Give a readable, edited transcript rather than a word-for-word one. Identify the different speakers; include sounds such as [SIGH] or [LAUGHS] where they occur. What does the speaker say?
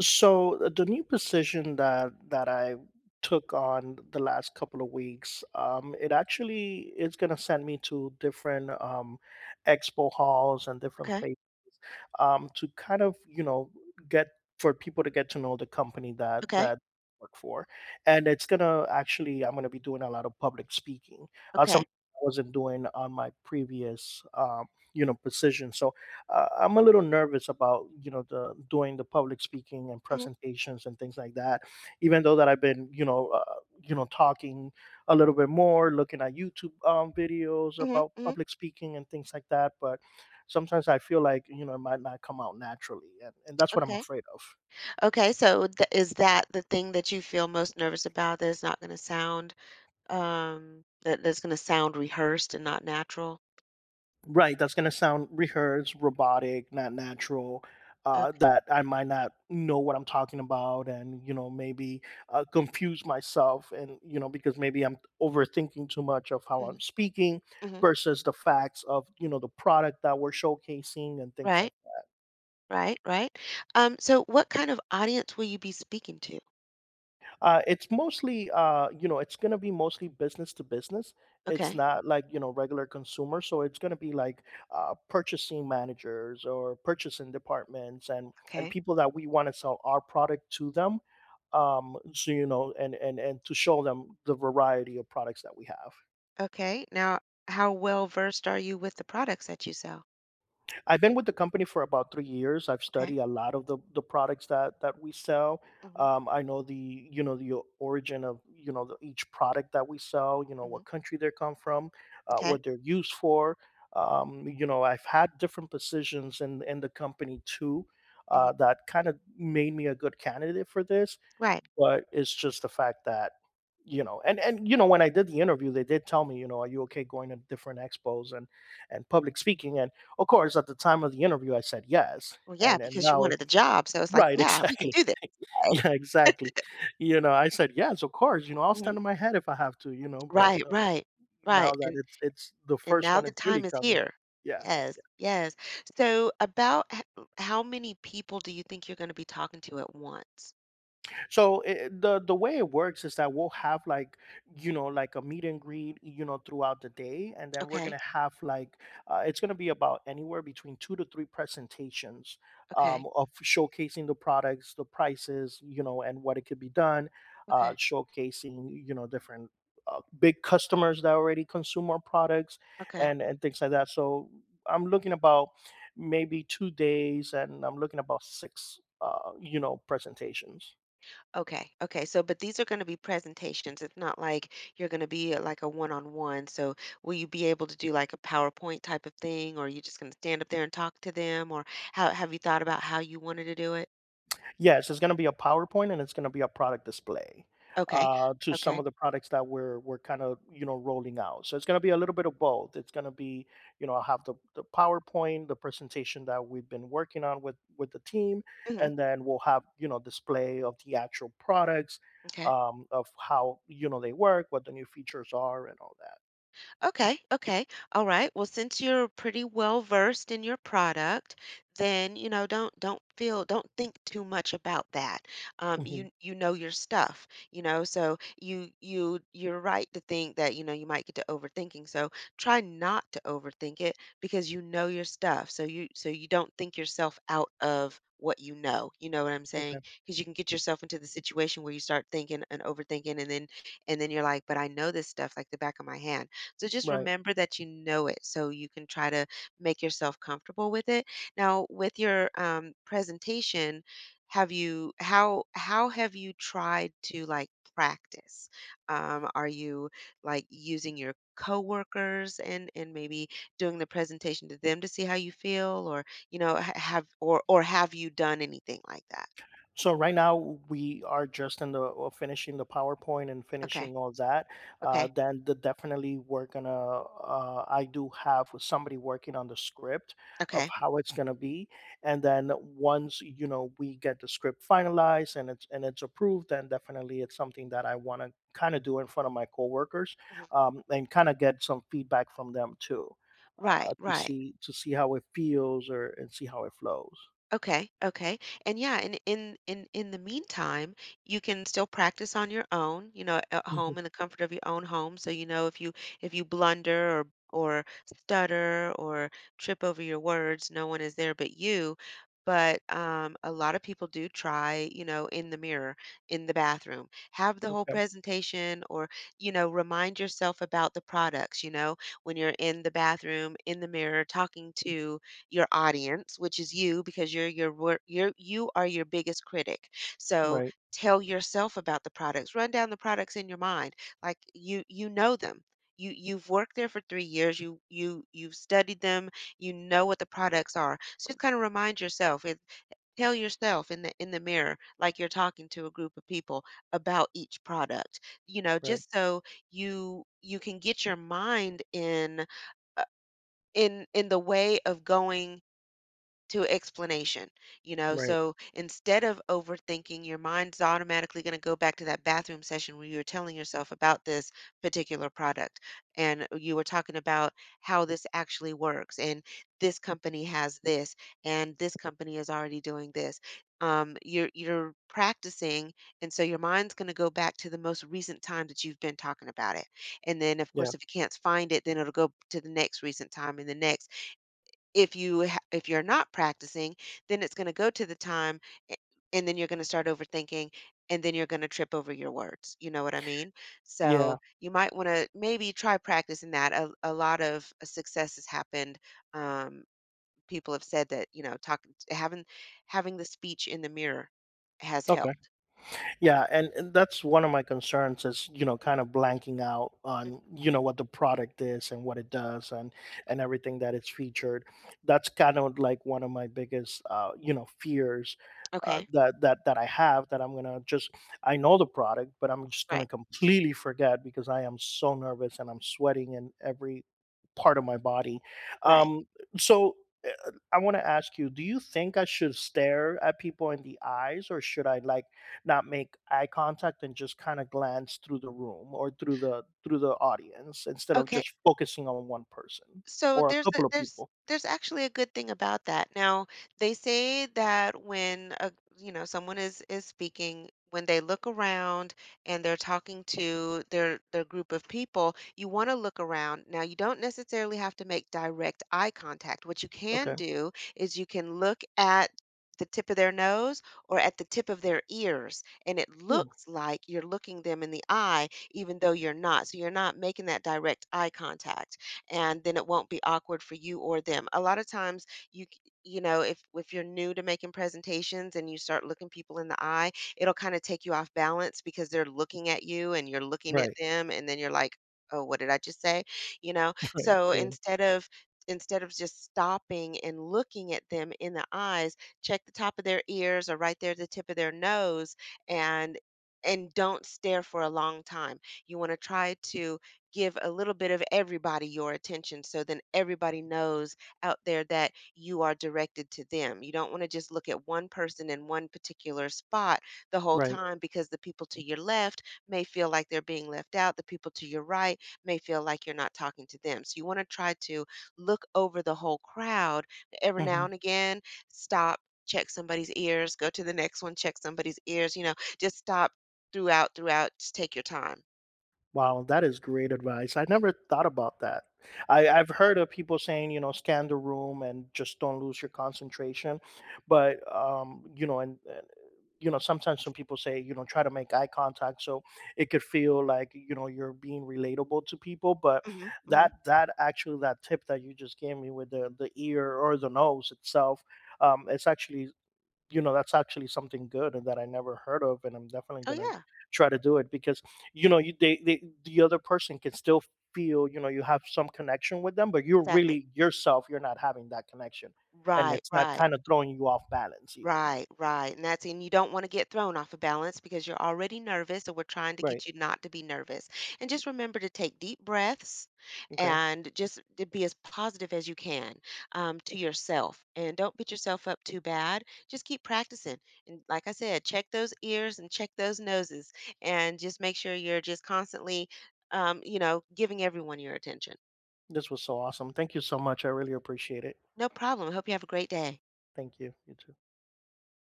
Speaker 1: So the new position that I took on the last couple of weeks, it actually is going to send me to different expo halls and different
Speaker 2: Okay.
Speaker 1: places, to kind of get for people to get to know the company that
Speaker 2: Okay.
Speaker 1: that I work for, and it's gonna actually I'm gonna be doing a lot of public speaking, something
Speaker 2: Okay.
Speaker 1: I wasn't doing on my previous position. So I'm a little nervous about the doing the public speaking and
Speaker 2: Mhm,
Speaker 1: presentations and things like that. Even though that I've been talking a little bit more, looking at YouTube videos
Speaker 2: mhm,
Speaker 1: about
Speaker 2: mhm.
Speaker 1: public speaking and things like that, but sometimes I feel like it might not come out naturally, and that's what I'm
Speaker 2: Okay.
Speaker 1: afraid of.
Speaker 2: Okay. So th is that the thing that you feel most nervous about that is not going to sound that's going to sound rehearsed and not natural?
Speaker 1: Right, that's gonna sound rehearsed, robotic, not natural,
Speaker 2: Okay.
Speaker 1: that I might not know what I'm talking about and, you know, maybe, confuse myself and, you know, because maybe I'm overthinking too much of how I'm
Speaker 2: Mhm,
Speaker 1: speaking
Speaker 2: mhm.
Speaker 1: versus the facts of, you know, the product that we're showcasing and things like.
Speaker 2: Right. Right. Right. So what kind of audience will you be speaking to?
Speaker 1: It's mostly, you know, it's going to be mostly business to business. It's
Speaker 2: Okay.
Speaker 1: not like, you know, regular consumer. So it's going to be like purchasing managers or purchasing departments and
Speaker 2: Okay.
Speaker 1: people that we want to sell our product to them. So, you know, and to show them the variety of products that we have.
Speaker 2: Okay. Now, how well versed are you with the products that you sell?
Speaker 1: I've been with the company for about 3 years. I've
Speaker 2: Okay.
Speaker 1: studied a lot of the products that we sell.
Speaker 2: Hmm.
Speaker 1: I know the you know the origin of you know each product that we sell. You know
Speaker 2: Hmm.
Speaker 1: what country they come from,
Speaker 2: Okay.
Speaker 1: what they're used for. You know, I've had different positions in the company too.
Speaker 2: Hmm.
Speaker 1: That kind of made me a good candidate for this.
Speaker 2: Right.
Speaker 1: But it's just the fact that, you know, when I did the interview, they did tell me, you know, "Are you okay going to different expos and public speaking?" And, of course, at the time of the interview, I said, "Yes."
Speaker 2: Well, yeah,
Speaker 1: And
Speaker 2: because you
Speaker 1: now it.
Speaker 2: wanted the job, so it's like,
Speaker 1: Right, [LAUGHS]
Speaker 2: yeah, we can
Speaker 1: exactly.
Speaker 2: do this.
Speaker 1: Yeah, exactly. You know, I said, "Yes, of course, you know, I'll
Speaker 2: Yes.
Speaker 1: stand on my head if I have to," you know, but,
Speaker 2: Right, right,
Speaker 1: now
Speaker 2: right,
Speaker 1: that it's the
Speaker 2: and
Speaker 1: first
Speaker 2: now
Speaker 1: one
Speaker 2: the
Speaker 1: it's really
Speaker 2: time is
Speaker 1: coming.
Speaker 2: here.
Speaker 1: Yeah.
Speaker 2: Yes, yes. So about h how many people do you think you're gonna be talking to at once?
Speaker 1: So it, the way it works is that we'll have like like a meet and greet throughout the day and then we're
Speaker 2: Okay,
Speaker 1: gonna have like it's gonna be about anywhere between two to three presentations,
Speaker 2: okay,
Speaker 1: of showcasing the products, the prices, you know, and what it could be done.
Speaker 2: okay,
Speaker 1: Showcasing, you know, different big customers that already consume our products
Speaker 2: okay,
Speaker 1: and things like that. So I'm looking about maybe 2 days and I'm looking about six you know, presentations.
Speaker 2: okay, okay, so but these are gonna be presentations, it's not like you're gonna be at, like, a one-on-one, so will you be able to do, like, a PowerPoint type of thing, or are you just gonna stand up there and talk to them, or how have you thought about how you wanted to do it?
Speaker 1: Yes, it's gonna be a PowerPoint and it's gonna be a product display,
Speaker 2: Okay,
Speaker 1: to some
Speaker 2: okay,
Speaker 1: of the products that we're kind of, you know, rolling out. So it's gonna be a little bit of both. It's gonna be, you know, I'll have the PowerPoint, the presentation that we've been working on with the team,
Speaker 2: mhm,
Speaker 1: and then we'll have, you know, display of the actual products,
Speaker 2: m'kay.
Speaker 1: of how, you know, they work, what the new features are, and all that.
Speaker 2: Okay, okay. All right. Well, since you're pretty well versed in your product, then, you know, don't think too much about that. Um,
Speaker 1: Mhm.
Speaker 2: you you know your stuff, you know, so you're right to think that, you know, you might get to overthinking. So try not to overthink it because you know your stuff. So you don't think yourself out of what you know. You know what I'm
Speaker 1: Okay.
Speaker 2: saying? Because you can get yourself into the situation where you start thinking and overthinking and then you're like, but I know this stuff like the back of my hand, so just
Speaker 1: Right.
Speaker 2: remember that you know it so you can try to make yourself comfortable with it. Now, with your presentation, have you how have you tried to practice? Are you like using your coworkers and maybe doing the presentation to them to see how you feel or you know ha- have or have you done anything like that?
Speaker 1: So right now we are just in the finishing the PowerPoint and
Speaker 2: Okay.
Speaker 1: finishing all that.
Speaker 2: Okay.
Speaker 1: Then the, definitely we're gonna. I do have somebody working on the script of
Speaker 2: Okay.
Speaker 1: how it's gonna be, and then once you know we get the script finalized and it's approved, then definitely it's something that I want to kind of do in front of my coworkers,
Speaker 2: Mhm.
Speaker 1: and kind of get some feedback from them too,
Speaker 2: Right, right.
Speaker 1: to see how it feels or and see how it flows.
Speaker 2: Okay, okay. And yeah, and in the meantime, you can still practice on your own, you know, at
Speaker 1: Mhm,
Speaker 2: home in the comfort of your own home. So you know if you blunder or stutter or trip over your words, no one is there but you. But a lot of people do try, you know, in the mirror, in the bathroom, have the whole
Speaker 1: okay.
Speaker 2: presentation or, you know, remind yourself about the products, you know, when you're in the bathroom, in the mirror, talking to your audience, which is you because you are your biggest critic. So
Speaker 1: Right.
Speaker 2: tell yourself about the products. Run down the products in your mind. Like you know them. You've worked there for 3 years. You've studied them. You know what the products are. So just kind of remind yourself and tell yourself in the mirror like you're talking to a group of people about each product. You know,
Speaker 1: Right.
Speaker 2: just so you can get your mind in uh, in the way of going to explanation, you know?
Speaker 1: Right.
Speaker 2: So instead of overthinking, your mind's automatically going to go back to that bathroom session where you were telling yourself about this particular product and you were talking about how this actually works and this company has this and this company is already doing this. You're practicing, and so your mind's going to go back to the most recent time that you've been talking about it. And then, of
Speaker 1: Yeah.
Speaker 2: course, if you can't find it, then it'll go to the next recent time and the next. If you're not practicing, then it's gonna go to the time, a and then you're gonna start overthinking, and then you're gonna trip over your words, you know what I mean? So,
Speaker 1: Yeah.
Speaker 2: you might wanna maybe try practicing that. A lot of success has happened, um, people have said that, you know, talking having the speech in the mirror has
Speaker 1: Okay.
Speaker 2: helped.
Speaker 1: Yeah, and that's one of my concerns is, you know, kind of blanking out
Speaker 2: Mm,
Speaker 1: on, you know, what the product is and what it does and everything that it's featured. That's kind of like one of my biggest you know, fears, uh,
Speaker 2: okay,
Speaker 1: that that that I have, that I'm gonna just. I know the product, but I'm just
Speaker 2: right,
Speaker 1: gonna completely forget because I am so nervous and I'm sweating in every part of my body.
Speaker 2: right.
Speaker 1: Um, so I want to ask you, do you think I should stare at people in the eyes or should I like not make eye contact and just kind of glance through the room or through the audience instead of
Speaker 2: Okay.
Speaker 1: just focusing on one person
Speaker 2: So
Speaker 1: or a
Speaker 2: there's a
Speaker 1: couple of people?
Speaker 2: there's actually a good thing about that. Now, they say that when a you know, someone is speaking, when they look around and they're talking to their group of people, you want to look around. Now, you don't necessarily have to make direct eye contact. What you can
Speaker 1: Okay.
Speaker 2: do is you can look at the tip of their nose or at the tip of their ears, and it
Speaker 1: Hmm.
Speaker 2: looks like you're looking them in the eye, even though you're not. So you're not making that direct eye contact and then it won't be awkward for you or them. A lot of times you know, if you're new to making presentations and you start looking people in the eye, it'll kind of take you off balance because they're looking at you and you're looking at
Speaker 1: Right.
Speaker 2: them and then you're like, "Oh, what did I just say?" You know.
Speaker 1: [LAUGHS] Right.
Speaker 2: So
Speaker 1: Yeah.
Speaker 2: instead of just stopping and looking at them in the eyes, check the top of their ears or right there at the tip of their nose and don't stare for a long time. You want to try to give a little bit of everybody your attention so then everybody knows out there that you are directed to them. You don't want to just look at one person in one particular spot the whole
Speaker 1: Right.
Speaker 2: time because the people to your left may feel like they're being left out. The people to your right may feel like you're not talking to them. So you want to try to look over the whole crowd every now
Speaker 1: Mhm.
Speaker 2: and again, stop. Check somebody's ears, go to the next one, check somebody's ears, you know, just stop just take your time.
Speaker 1: Wow, that is great advice. I never thought about that. I've heard of people saying, you know, scan the room and just don't lose your concentration. But, you know, you know, sometimes some people say, you know, try to make eye contact. So it could feel like, you know, you're being relatable to people. But
Speaker 2: Hmm. Hmm.
Speaker 1: that actually, that tip that you just gave me with the ear or the nose itself, it's actually, you know, that's actually something good and that I never heard of, and I'm definitely
Speaker 2: Oh,
Speaker 1: gonna
Speaker 2: yeah.
Speaker 1: try to do it because, you know, you they the other person can still feel, you know, you have some connection with them, but you're
Speaker 2: Exactly.
Speaker 1: really yourself, you're not having that connection, and
Speaker 2: Right,
Speaker 1: it's not
Speaker 2: right,
Speaker 1: kind of throwing you off balance either.
Speaker 2: right, right. And that's, and you don't want to get thrown off of balance because you're already nervous. So we're trying to
Speaker 1: Right.
Speaker 2: get you not to be nervous. And just remember to take deep breaths
Speaker 1: Okay.
Speaker 2: and just to be as positive as you can to yourself. And don't beat yourself up too bad. Just keep practicing. And like I said, check those ears and check those noses and just make sure you're just constantly, you know, giving everyone your attention.
Speaker 1: This was so awesome. Thank you so much. I really appreciate it.
Speaker 2: No problem. Hope you have a great day.
Speaker 1: Thank you. You too.